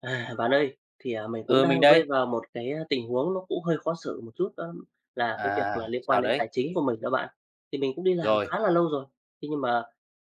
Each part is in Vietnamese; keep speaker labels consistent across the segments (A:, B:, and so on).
A: À, bạn ơi, thì, mình cũng
B: Ừ, mình
A: đang rơi
B: đây.
A: vào một cái, tình huống nó cũng hơi khó xử một chút, đó là cái việc
B: À,
A: là liên quan
B: sao
A: đến
B: đấy?
A: tài chính của mình đó bạn. Thì mình cũng đi làm
B: Rồi,
A: khá là lâu rồi, thế nhưng mà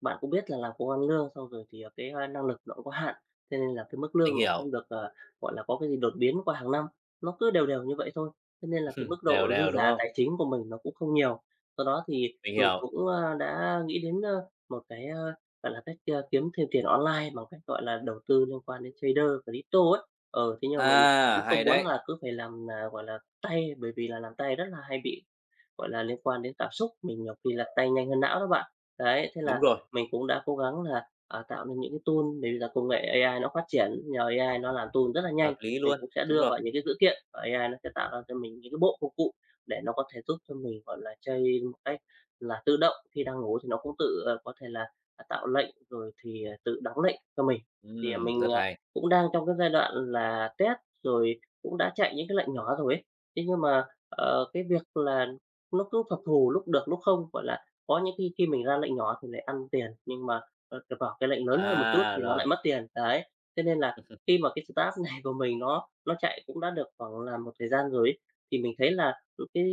A: bạn cũng biết là làm công ăn lương xong rồi thì, cái, năng lực nó cũng có hạn, thế nên là cái mức lương
B: mình
A: nó
B: hiểu.
A: không được, gọi là, có cái gì đột biến qua hàng năm, nó cứ đều đều như vậy thôi, thế nên là cái mức độ
B: Đều
A: dư
B: đều, đúng
A: giả
B: không?
A: tài chính của mình nó cũng không nhiều. Do đó thì
B: Mình
A: mình
B: hiểu.
A: cũng, đã nghĩ đến, một cái, gọi là, cách, kiếm thêm tiền online bằng cách, gọi là, đầu tư liên quan đến trader, crypto ấy. Ờ, Thế nhưng mà mình
B: À,
A: cũng không
B: hay
A: muốn
B: đấy.
A: là cứ phải làm, là gọi là, tay, bởi vì là làm tay rất là hay bị gọi là, liên quan đến cảm xúc, mình nhiều khi là tay nhanh hơn não đó bạn. Đấy, thế là
B: Đúng rồi,
A: mình cũng đã cố gắng là, tạo nên những cái tool để bây giờ công nghệ AI nó phát triển, nhờ AI nó làm tool rất là nhanh,
B: hợp lý
A: mình
B: luôn.
A: cũng sẽ
B: Đúng
A: đưa
B: rồi.
A: vào những cái dữ kiện và AI nó sẽ tạo ra cho mình những cái bộ công cụ để nó có thể giúp cho mình, gọi là, chơi một cách là tự động, khi đang ngủ thì nó cũng tự, có thể là, tạo lệnh rồi thì, tự đóng lệnh cho mình. Thì, mình,
B: Rất hay.
A: cũng đang trong cái giai đoạn là test, rồi cũng đã chạy những cái lệnh nhỏ rồi ấy. Thế nhưng mà, cái việc là nó cứ phập phù, lúc được lúc không, gọi là, có những khi khi mình ra lệnh nhỏ thì lại ăn tiền, nhưng mà, ờ, c vào cái lệnh lớn hơn một chút
B: À,
A: thì nó
B: rồi.
A: lại mất tiền, đấy. Thế nên là khi mà cái startup này của mình nó chạy cũng đã được khoảng là một thời gian rồi ấy, thì mình thấy là, cái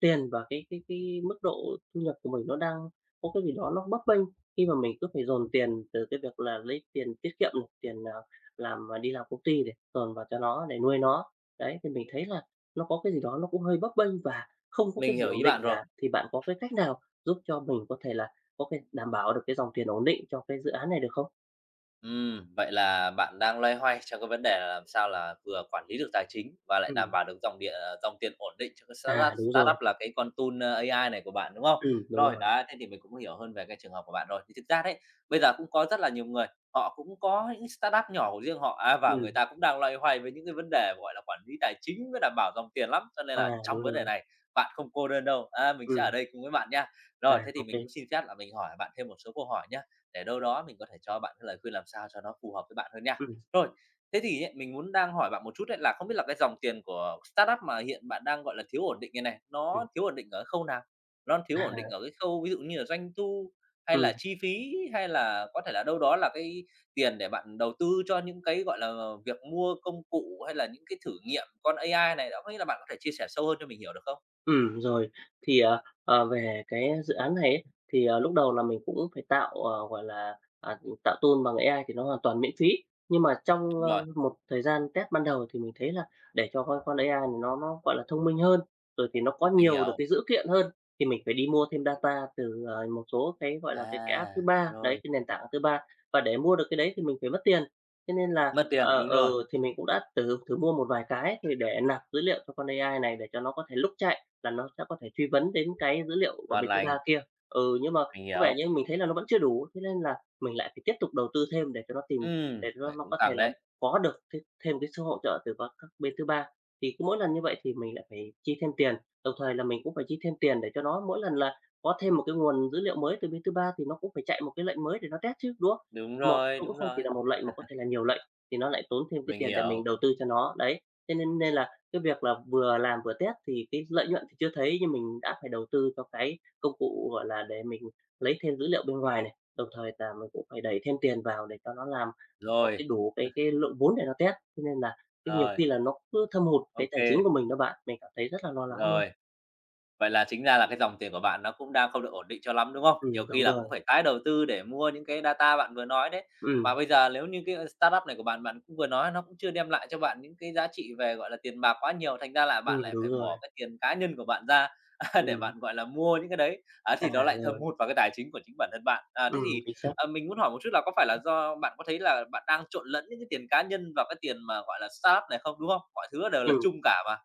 A: tiền và cái mức độ thu nhập của mình nó đang có cái gì đó nó bấp bênh, khi mà mình cứ phải dồn tiền từ cái việc là lấy tiền tiết kiệm này, tiền, đi làm công ty để dồn vào cho nó để nuôi nó. Đấy, thì mình thấy là nó có cái gì đó nó cũng hơi bấp bênh và không có cái
B: Mình
A: gì
B: hiểu
A: ổn
B: ý
A: định
B: bạn rồi.
A: cả, thì bạn có cái cách nào giúp cho mình có thể là có cái đảm bảo được cái dòng tiền ổn định cho cái dự án này được không?
B: Vậy là bạn đang loay hoay trong cái vấn đề là làm sao là vừa quản lý được tài chính và lại
A: Ừm,
B: đảm bảo được dòng điện, dòng tiền ổn định cho cái
A: à,
B: startup startup là cái con tool, ơ, AI này của bạn, đúng không?
A: đúng
B: Rồi,
A: rồi,
B: đấy, thế thì mình cũng hiểu hơn về cái trường hợp của bạn rồi. Thì thực ra đấy, bây giờ cũng có rất là nhiều người, họ cũng có những startup nhỏ của riêng họ, á, và người
A: ừm,
B: ta cũng đang loay hoay với những cái vấn đề, gọi là, quản lý tài chính với đảm bảo dòng tiền lắm, cho nên
A: à,
B: là trong
A: đúng
B: vấn đề
A: rồi,
B: này bạn không cô đơn đâu, á, mình sẽ ở
A: ừm,
B: đây cùng với bạn nha.
A: à,
B: Rồi, thế thì
A: ok,
B: mình
A: kê,
B: cũng xin phép là mình hỏi bạn thêm một số câu hỏi nhé để đâu đó mình có thể cho bạn cái lời khuyên làm sao cho nó phù hợp với bạn hơn nha.
A: ừm,
B: Rồi, thế thì ấy, mình muốn đang hỏi bạn một chút ấy là không biết là cái dòng tiền của startup mà hiện bạn đang, gọi là, thiếu ổn định như này,
A: ừm,
B: nó thiếu ổn định ở khâu nào? Nó thiếu ổn định
A: à,
B: ở cái khâu ví dụ như là doanh thu, hay
A: ừm.
B: là chi phí, hay là có thể là đâu đó là cái tiền để bạn đầu tư cho những cái, gọi là, việc mua công cụ hay là những cái thử nghiệm con AI này đó, có nghĩa là bạn có thể chia sẻ sâu hơn cho mình hiểu được không?
A: Ừ rồi. Thì, về cái dự án này ấy, thì, lúc đầu là mình cũng phải tạo, gọi là, tạo tool bằng AI thì nó hoàn toàn miễn phí. Nhưng mà trong,
B: Đúng rồi,
A: một thời gian test ban đầu thì mình thấy là để cho con AI này nó, gọi là, thông minh hơn, rồi thì nó có
B: mình
A: nhiều được
B: hiểu.
A: cái dữ kiện hơn, thì mình phải đi mua thêm data từ, một số cái, gọi là, cái app thứ
B: À,
A: ba, đấy,
B: rồi,
A: cái nền tảng thứ ba. Và để mua được cái đấy thì mình phải mất tiền. Thế nên là,
B: mất tiền, đúng rồi,
A: thì mình cũng đã thử thử mua một vài cái thì để nạp dữ liệu cho con AI này để cho nó có thể lúc chạy là nó sẽ có thể truy vấn đến cái dữ liệu của
B: ngon
A: bên thứ
B: lành,
A: ba kia. Ừ, nhưng mà
B: mình
A: có vẻ
B: hiểu.
A: như mình thấy là nó vẫn chưa đủ, thế nên là mình lại phải tiếp tục đầu tư thêm để cho nó tìm
B: Ừ
A: để cho
B: vậy
A: nó
B: cũng
A: có thể
B: cần
A: là
B: đấy.
A: có được thêm cái sự hỗ trợ từ các bên thứ ba. Thì cứ mỗi lần như vậy thì mình lại phải chi thêm tiền, đồng thời là mình cũng phải chi thêm tiền để cho nó mỗi lần là có thêm một cái nguồn dữ liệu mới từ bên thứ ba thì nó cũng phải chạy một cái lệnh mới để nó test chứ, đúng không? Một cũng
B: Đúng
A: không chỉ
B: rồi,
A: là một lệnh mà có thể là nhiều lệnh, thì nó lại tốn thêm cái
B: mình
A: tiền để mình
B: hiểu.
A: đầu tư cho nó, đấy. Thế nên nên là cái việc là vừa làm vừa test thì cái lợi nhuận thì chưa thấy, nhưng mình đã phải đầu tư cho cái công cụ, gọi là, để mình lấy thêm dữ liệu bên ngoài này, đồng thời là mình cũng phải đẩy thêm tiền vào để cho nó làm có cái
B: Rồi,
A: đủ cái lượng vốn để nó test. Cho nên là cái nhiều
B: rồi,
A: khi là nó cứ thâm hụt cái tài chính
B: OK
A: của mình đó bạn, mình cảm thấy rất là lo lắng luôn.
B: rồi. Vậy là chính ra là cái dòng tiền của bạn nó cũng đang không được ổn định cho lắm, đúng không? Nhiều
A: Đúng
B: khi là cũng
A: rồi.
B: phải tái đầu tư để mua những cái data bạn vừa nói đấy. Và
A: Ừm,
B: bây giờ nếu như cái, ờ, startup này của bạn, bạn cũng vừa nói nó cũng chưa đem lại cho bạn những cái giá trị về, gọi là, tiền bạc quá nhiều, thành ra là bạn lại
A: đúng
B: phải
A: rồi.
B: bỏ cái tiền cá nhân của bạn ra, để
A: Ừm,
B: bạn, gọi là, mua những cái đấy, á,
A: à,
B: thì nó lại thâm
A: rồi.
B: hụt vào cái tài chính của chính bản thân bạn. À, thế thì,
A: Chính xác.
B: ờ, mình muốn hỏi một chút là có phải là do bạn có thấy là bạn đang trộn lẫn những cái tiền cá nhân vào cái tiền mà, gọi là, startup này không, đúng không? Mọi thứ đều là
A: Ừm.
B: chung cả mà.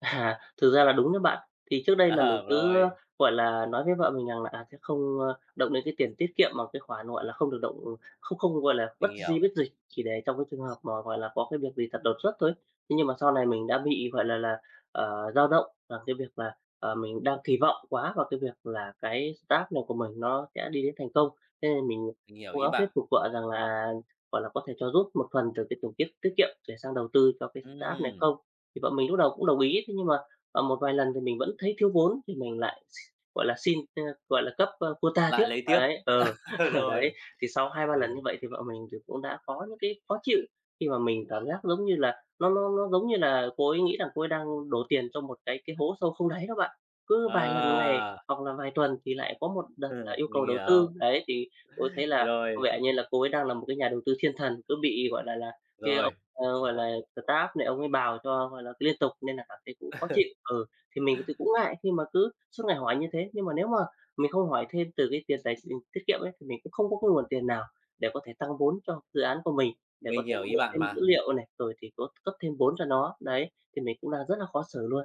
A: À, thực ra là đúng đấy bạn. Thì trước đây là mình
B: À,
A: cứ,
B: rồi,
A: gọi là, nói với vợ mình rằng là, sẽ không, động đến cái tiền tiết kiệm mà cái khoản, gọi là, không được động không không, gọi là, bất
B: mình
A: di
B: hiểu,
A: bất dịch, chỉ để trong cái trường hợp mà, gọi là, có cái việc gì thật đột xuất thôi. Thế nhưng mà sau này mình đã bị, gọi là, dao động rằng cái việc là, mình đang kỳ vọng quá vào cái việc là cái start này của mình nó sẽ đi đến thành công. Thế nên mình
B: mình hiểu
A: cố
B: ý
A: gắng thuyết
B: bạn.
A: phục vợ rằng là, gọi là, có thể cho rút một phần từ cái tiền tiết kiệm để sang đầu tư cho cái start này
B: Ừm,
A: không? Thì vợ mình lúc đầu cũng đồng ý, thế nhưng mà, một vài lần thì mình vẫn thấy thiếu vốn thì mình lại gọi là, xin, gọi là, cấp, quota
B: lại
A: tiếp.
B: lấy tiếp.
A: Đấy, ừ, đấy,
B: Rồi,
A: thì sau hai ba
B: ờ,
A: lần như vậy thì vợ mình thì cũng đã có những cái khó chịu khi mà mình cảm giác giống như là nó giống như là cô ấy nghĩ rằng cô ấy đang đổ tiền trong một cái hố sâu không đáy đó bạn. Cứ vài lần ngày
B: à,
A: hoặc là vài tuần thì lại có một đợt là yêu
B: mình
A: cầu đầu tư.
B: hiểu.
A: Đấy, thì cô ấy thấy là có
B: Rồi,
A: vẻ như là cô ấy đang là một cái nhà đầu tư thiên thần, cứ bị, gọi là, kia.
B: rồi,
A: Gọi là, staff này ông ấy bào cho, gọi là, liên tục nên là cảm thấy cũng khó chịu. Ừ, thì mình thì cũng ngại khi mà cứ suốt ngày hỏi như thế, nhưng mà nếu mà mình không hỏi thêm từ cái tiền tài mình tiết kiệm ấy, thì mình cũng không có cái nguồn tiền nào để có thể tăng vốn cho dự án của mình, để có
B: mình
A: thể
B: hiểu ý
A: mua
B: bạn
A: thêm dữ
B: mà.
A: liệu này, rồi thì có cấp thêm vốn cho nó. Đấy, thì mình cũng đang rất là khó xử luôn.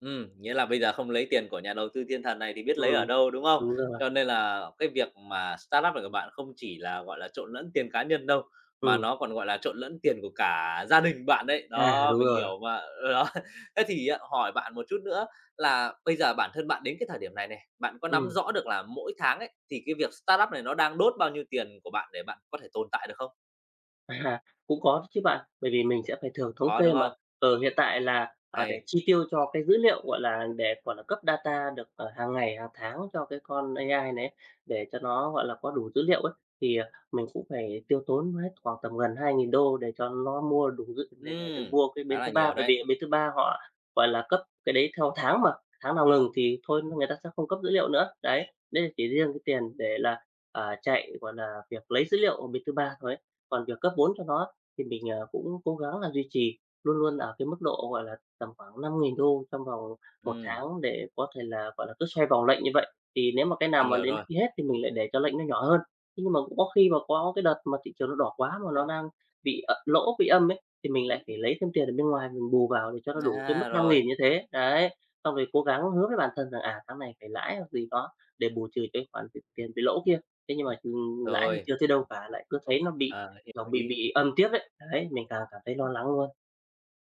B: Nghĩa là bây giờ không lấy tiền của nhà đầu tư thiên thần này thì biết lấy ở
A: Ừm,
B: đâu, đúng không?
A: đúng rồi.
B: Cho nên là cái việc mà startup up này của các bạn không chỉ là, gọi là, trộn lẫn tiền cá nhân đâu, mà
A: Ừm,
B: nó còn, gọi là, trộn lẫn tiền của cả gia đình bạn đấy.
A: à,
B: Đó,
A: đúng
B: mình
A: rồi.
B: hiểu mà, ừ, đó. Thế thì á, hỏi bạn một chút nữa là bây giờ bản thân bạn đến cái thời điểm này này, bạn có nắm
A: Ừm.
B: rõ được là mỗi tháng ấy, thì cái việc startup này nó đang đốt bao nhiêu tiền của bạn để bạn có thể tồn tại được không?
A: À, cũng có chứ bạn, bởi vì mình sẽ phải thường thống
B: Có,
A: kê
B: đúng
A: mà.
B: không?
A: Ở hiện tại là, để
B: Hay.
A: chi tiêu cho cái dữ liệu, gọi là, để, gọi là, cấp data được, hàng ngày, hàng tháng cho cái con AI này ấy, để cho nó, gọi là, có đủ dữ liệu ấy, thì, mình cũng phải tiêu tốn hết khoảng tầm gần 2.000 đô để cho nó mua đủ dữ để
B: Ừm,
A: mua cái
B: khá
A: bên thứ
B: là
A: ba,
B: nhiều
A: bởi
B: đấy.
A: vì bên thứ ba họ, gọi là, cấp cái đấy theo tháng mà, tháng nào ngừng thì thôi người ta sẽ không cấp dữ liệu nữa. Đấy, đấy là chỉ riêng cái tiền để là, chạy, gọi là, việc lấy dữ liệu ở bên thứ ba thôi ấy. Còn việc cấp vốn cho nó thì mình, cũng cố gắng là duy trì luôn luôn ở cái mức độ, gọi là, tầm khoảng 5.000 đô trong vòng một
B: Ừm,
A: tháng để có thể là, gọi là, cứ xoay vòng lệnh như vậy. Thì nếu mà cái nào
B: mình
A: mà
B: hiểu
A: đến
B: rồi.
A: khi hết thì mình lại để cho lệnh nó nhỏ hơn. Thế nhưng mà cũng có khi mà có cái đợt mà thị trường nó đỏ quá mà nó đang bị lỗ, bị âm ấy, thì mình lại phải lấy thêm tiền ở bên ngoài mình bù vào để cho nó đủ cái mức
B: À,
A: năm
B: rồi,
A: nghìn như thế. Đấy, xong rồi cố gắng hứa với bản thân rằng, tháng này phải lãi hoặc gì đó để bù trừ cái khoản tiền bị lỗ kia. Thế nhưng mà, lãi thì
B: rồi.
A: chưa thấy đâu cả, lại cứ thấy nó bị
B: Ờ, hiểu
A: Kiểu,
B: ý.
A: bị âm tiếp ấy, đấy, mình càng cảm thấy lo lắng luôn.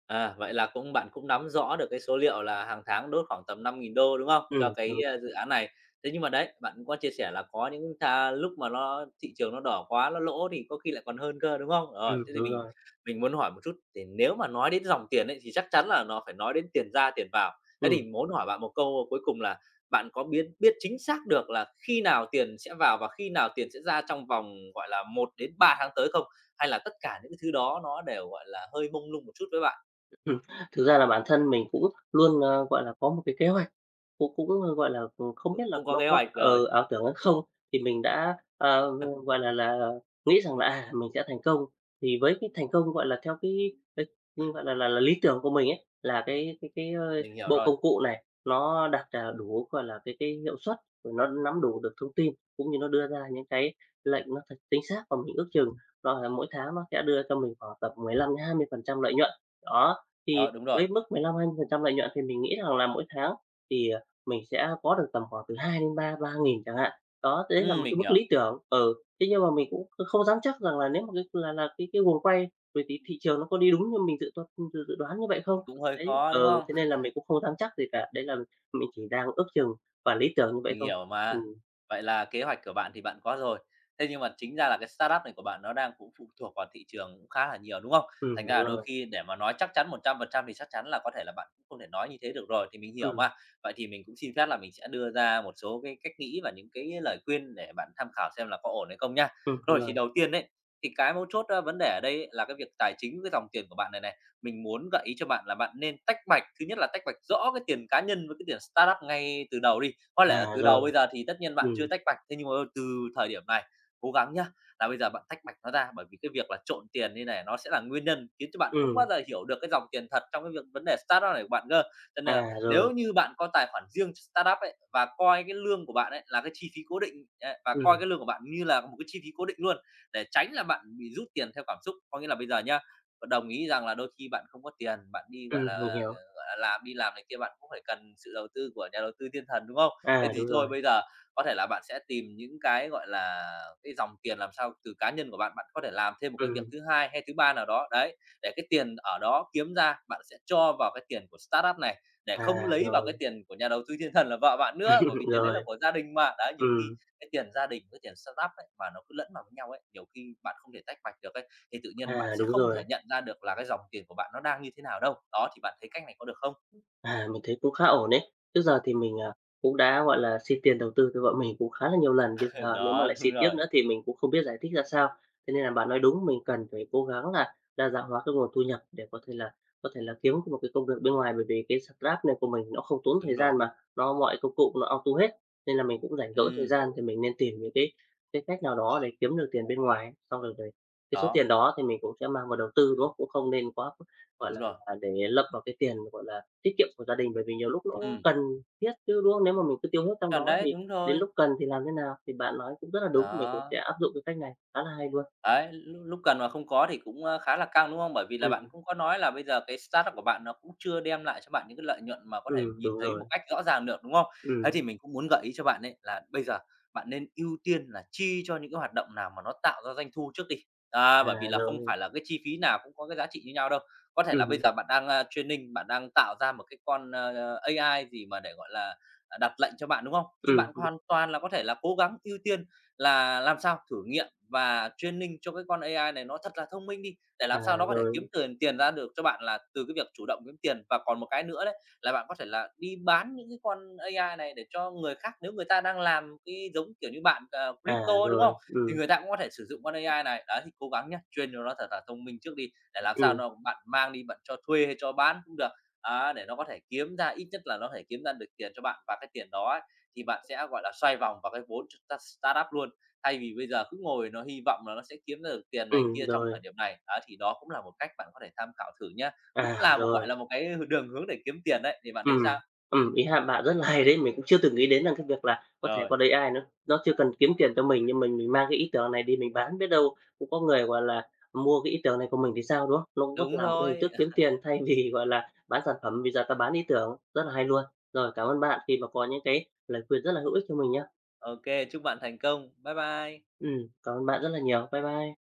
B: À, vậy là cũng bạn cũng nắm rõ được cái số liệu là hàng tháng đốt khoảng tầm 5.000 đô, đúng không? Cho cái,
A: Đúng,
B: a, dự án này. Thế nhưng mà đấy, bạn cũng có chia sẻ là có những tha lúc mà nó thị trường nó đỏ quá, nó lỗ thì có khi lại còn hơn cơ, đúng không? Rồi, thế thì
A: đúng
B: mình
A: rồi,
B: mình muốn hỏi một chút, thì nếu mà nói đến dòng tiền ấy, thì chắc chắn là nó phải nói đến tiền ra tiền vào. Thế thì
A: ừm.
B: muốn hỏi bạn một câu cuối cùng là bạn có biết biết chính xác được là khi nào tiền sẽ vào và khi nào tiền sẽ ra trong vòng, gọi là, 1 đến 3 tháng tới không? Hay là tất cả những thứ đó nó đều, gọi là, hơi mông lung một chút với bạn?
A: Ừm, thực ra là bản thân mình cũng luôn, gọi là, có một cái kế hoạch, cũng cũng, gọi là, không biết
B: Cũng
A: là
B: cũng có
A: nó
B: kế
A: có
B: hoạch rồi,
A: ảo tưởng hay không, thì mình đã, gọi là, nghĩ rằng là, mình sẽ thành công. Thì với cái thành công, gọi là, theo cái, gọi là, lý tưởng của mình ấy, là cái,
B: mình hiểu
A: bộ
B: rồi.
A: công cụ này nó đặt, đủ, gọi là, cái hiệu suất, rồi nó nắm đủ được thông tin, cũng như nó đưa ra những cái lệnh nó thật chính xác và mình ước chừng, là mỗi tháng nó sẽ đưa cho mình khoảng tầm 15-20% lợi nhuận, đó. Thì
B: Đó, đúng rồi.
A: với mức 15-20% lợi nhuận thì mình nghĩ rằng là mỗi tháng thì, mình sẽ có được tầm khoảng từ 2 đến ba ba nghìn chẳng hạn. Đó, đấy là một cái
B: Mình
A: mức
B: hiểu,
A: lý tưởng, thế nhưng mà mình cũng không dám chắc rằng là nếu mà cái là cái guồng quay về thị thị trường nó có đi đúng như mình dự toa dự dự đoán như vậy không?
B: thì cũng hơi
A: Đấy,
B: khó, đúng không?
A: thế nên là mình cũng không dám chắc gì cả, đấy là mình chỉ đang ước chừng và lý tưởng như vậy
B: Mình
A: không.
B: hiểu mà.
A: Ừm,
B: Vậy là kế hoạch của bạn thì bạn có rồi. Thế nhưng mà chính ra là cái startup này của bạn nó đang cũng phụ thuộc vào thị trường cũng khá là nhiều, đúng không? Thành ra
A: đúng
B: là đôi
A: rồi,
B: khi để mà nói chắc chắn 100% thì chắc chắn là có thể là bạn cũng không thể nói như thế được rồi, thì mình hiểu
A: ừm,
B: mà. Vậy thì mình cũng xin phép là mình sẽ đưa ra một số cái cách nghĩ và những cái lời khuyên để bạn tham khảo xem là có ổn hay không nha. Rồi, thì
A: rồi,
B: đầu tiên đấy thì cái mấu chốt, a, vấn đề ở đây ấy là cái việc tài chính với dòng tiền của bạn này này. Mình muốn gợi ý cho bạn là bạn nên tách bạch, thứ nhất là tách bạch rõ cái tiền cá nhân với cái tiền startup ngay từ đầu đi. Có lẽ là
A: à,
B: từ đầu
A: rồi,
B: bây giờ thì tất nhiên bạn chưa
A: ừm,
B: tách bạch, thế nhưng mà từ thời điểm này cố gắng nhá, là bây giờ bạn tách bạch nó ra, bởi vì cái việc là trộn tiền như này nó sẽ là nguyên nhân khiến cho bạn không bao
A: ừm,
B: giờ hiểu được cái dòng tiền thật trong cái việc vấn đề startup này của bạn cơ. Cho nên là
A: à,
B: nếu
A: rồi,
B: như bạn có tài khoản riêng cho startup ấy, và coi cái lương của bạn ấy là cái chi phí cố định ấy, và coi
A: ừm,
B: cái lương của bạn như là một cái chi phí cố định luôn, để tránh là bạn bị rút tiền theo cảm xúc. Có nghĩa là bây giờ nhá, đồng ý rằng là đôi khi bạn không có tiền, bạn đi, gọi là,
A: mình
B: ờ,
A: hiểu,
B: gọi là, làm đi làm này kia, bạn cũng phải cần sự đầu tư của nhà đầu tư thiên thần, đúng không? Thế
A: à, đúng
B: thì thôi
A: rồi,
B: bây giờ có thể là bạn sẽ tìm những cái, gọi là, cái dòng tiền làm sao từ cá nhân của bạn, bạn có thể làm thêm một cái việc
A: ừm.
B: thứ hai hay thứ ba nào đó, đấy, để cái tiền ở đó kiếm ra bạn sẽ cho vào cái tiền của startup này, để không
A: À,
B: lấy vào cái
A: rồi,
B: tiền của nhà đầu tư thiên thần là vợ bạn nữa, bởi vì tiền đấy là
A: rồi,
B: của gia đình mà. Đấy, nhiều khi
A: ừm,
B: cái tiền gia đình với tiền startup ấy mà nó cứ lẫn vào với nhau ấy, nhiều khi bạn không thể tách bạch được ấy, thì tự nhiên bạn
A: à,
B: sẽ
A: đúng
B: không
A: rồi.
B: thể nhận ra được là cái dòng tiền của bạn nó đang như thế nào đâu. Đó, thì bạn thấy cách này có được không?
A: À, mình thấy cũng khá ổn đấy. Trước giờ thì mình, cũng đã, gọi là, xin tiền đầu tư từ vợ mình cũng khá là nhiều lần, bây giờ nếu mà
B: Đó,
A: lại
B: đúng
A: xin tiếp
B: rồi,
A: nữa thì mình cũng không biết giải thích ra sao. Thế nên là bạn nói đúng, mình cần phải cố gắng là đa dạng hóa cái nguồn thu nhập để có thể là kiếm một cái công việc bên ngoài, bởi vì cái Scrap này của mình nó không tốn
B: đúng
A: thời
B: rồi.
A: gian mà, nó mọi công cụ nó auto hết, nên là mình cũng rảnh rỗi thời
B: Ừ,
A: gian thì mình nên tìm những cái cách nào đó để kiếm được tiền bên ngoài. Xong rồi rồi cái số
B: đó.
A: tiền đó thì mình cũng sẽ mang vào đầu tư, đúng không? Cũng không nên quá, gọi
B: Đúng
A: là
B: rồi,
A: là, để lấp vào cái tiền, gọi là tiết kiệm của gia đình, bởi vì nhiều lúc nó cũng
B: ừm,
A: cần thiết chứ, đúng không? Nếu mà mình cứ tiêu hết trong
B: chuẩn
A: đó
B: đấy,
A: thì
B: đúng
A: đến
B: rồi,
A: lúc cần thì làm thế nào? Thì bạn nói cũng rất là đúng, mình cũng sẽ
B: đó.
A: áp dụng cái cách này, khá là hay luôn.
B: Đấy, lúc lúc cần mà không có thì cũng, ơ, khá là căng, đúng không? Bởi vì là bạn
A: Ừm,
B: cũng có nói là bây giờ cái startup của bạn nó cũng chưa đem lại cho bạn những cái lợi nhuận mà có thể nhìn
A: đúng
B: thấy một
A: rồi.
B: cách rõ ràng được, đúng không? Thế
A: Ừm,
B: thì mình cũng muốn gợi ý cho bạn ấy là bây giờ bạn nên ưu tiên là chi cho những cái hoạt động nào mà nó tạo ra doanh thu trước đi. À,
A: à,
B: bởi vì là không
A: rồi,
B: phải là cái chi phí nào cũng có cái giá trị như nhau đâu. Có thể là bây
A: ừm,
B: giờ bạn đang, a, training, bạn đang tạo ra một cái con, ơ, AI gì mà để, gọi là, à, đặt lệnh cho bạn, đúng không? Thì bạn
A: ừm,
B: hoàn toàn là có thể là cố gắng ưu tiên là làm sao thử nghiệm và training cho cái con AI này nó thật là thông minh đi, để
A: à,
B: làm sao nó có thể kiếm
A: rồi,
B: tiền tiền ra được cho bạn là từ cái việc chủ động kiếm tiền. Và còn một cái nữa đấy là bạn có thể là đi bán những cái con AI này để cho người khác nếu người ta đang làm cái giống, kiểu như, bạn, ờ,
A: à,
B: crypto đúng
A: rồi,
B: không? Thì người ta cũng có thể sử dụng con AI này. Đấy, thì cố gắng nhé chuyên cho nó thật là thông minh trước đi, để làm sao
A: ừm,
B: nó bạn mang đi bạn cho thuê hay cho bán cũng được, á, để nó có thể kiếm ra ít nhất là nó có thể kiếm ra được tiền cho bạn và cái tiền đó thì bạn sẽ, gọi là, xoay vòng vào cái vốn tr ta startup luôn, thay vì bây giờ cứ ngồi nó hy vọng là nó sẽ kiếm ra được tiền này kia trong
A: rồi,
B: thời điểm này. Đó, thì đó cũng là một cách bạn có thể tham khảo thử nhá, cũng
A: à,
B: là một, gọi
A: rồi.
B: là, một cái đường hướng để kiếm tiền đấy, thì bạn thấy
A: Ừm,
B: sao?
A: ý ha, bạn rất là hay đấy, mình cũng chưa từng nghĩ đến rằng cái việc là có thể
B: Rồi.
A: có AI nó chưa cần kiếm tiền cho mình, nhưng mình mang cái ý tưởng này đi mình bán, biết đâu cũng có người, gọi là, mua cái ý tưởng này của mình thì sao, đúng không? Nó cũng có
B: Đúng
A: làm một cái hình
B: rồi,
A: thức kiếm tiền thay vì, gọi là, bán sản phẩm, bây giờ ta bán ý tưởng, rất là hay luôn. Rồi, cảm ơn bạn khi mà có những cái lời khuyên rất là hữu ích cho mình nhá.
B: ok chúc bạn thành công. Bye bye.
A: Cảm ơn bạn rất là nhiều. Bye bye.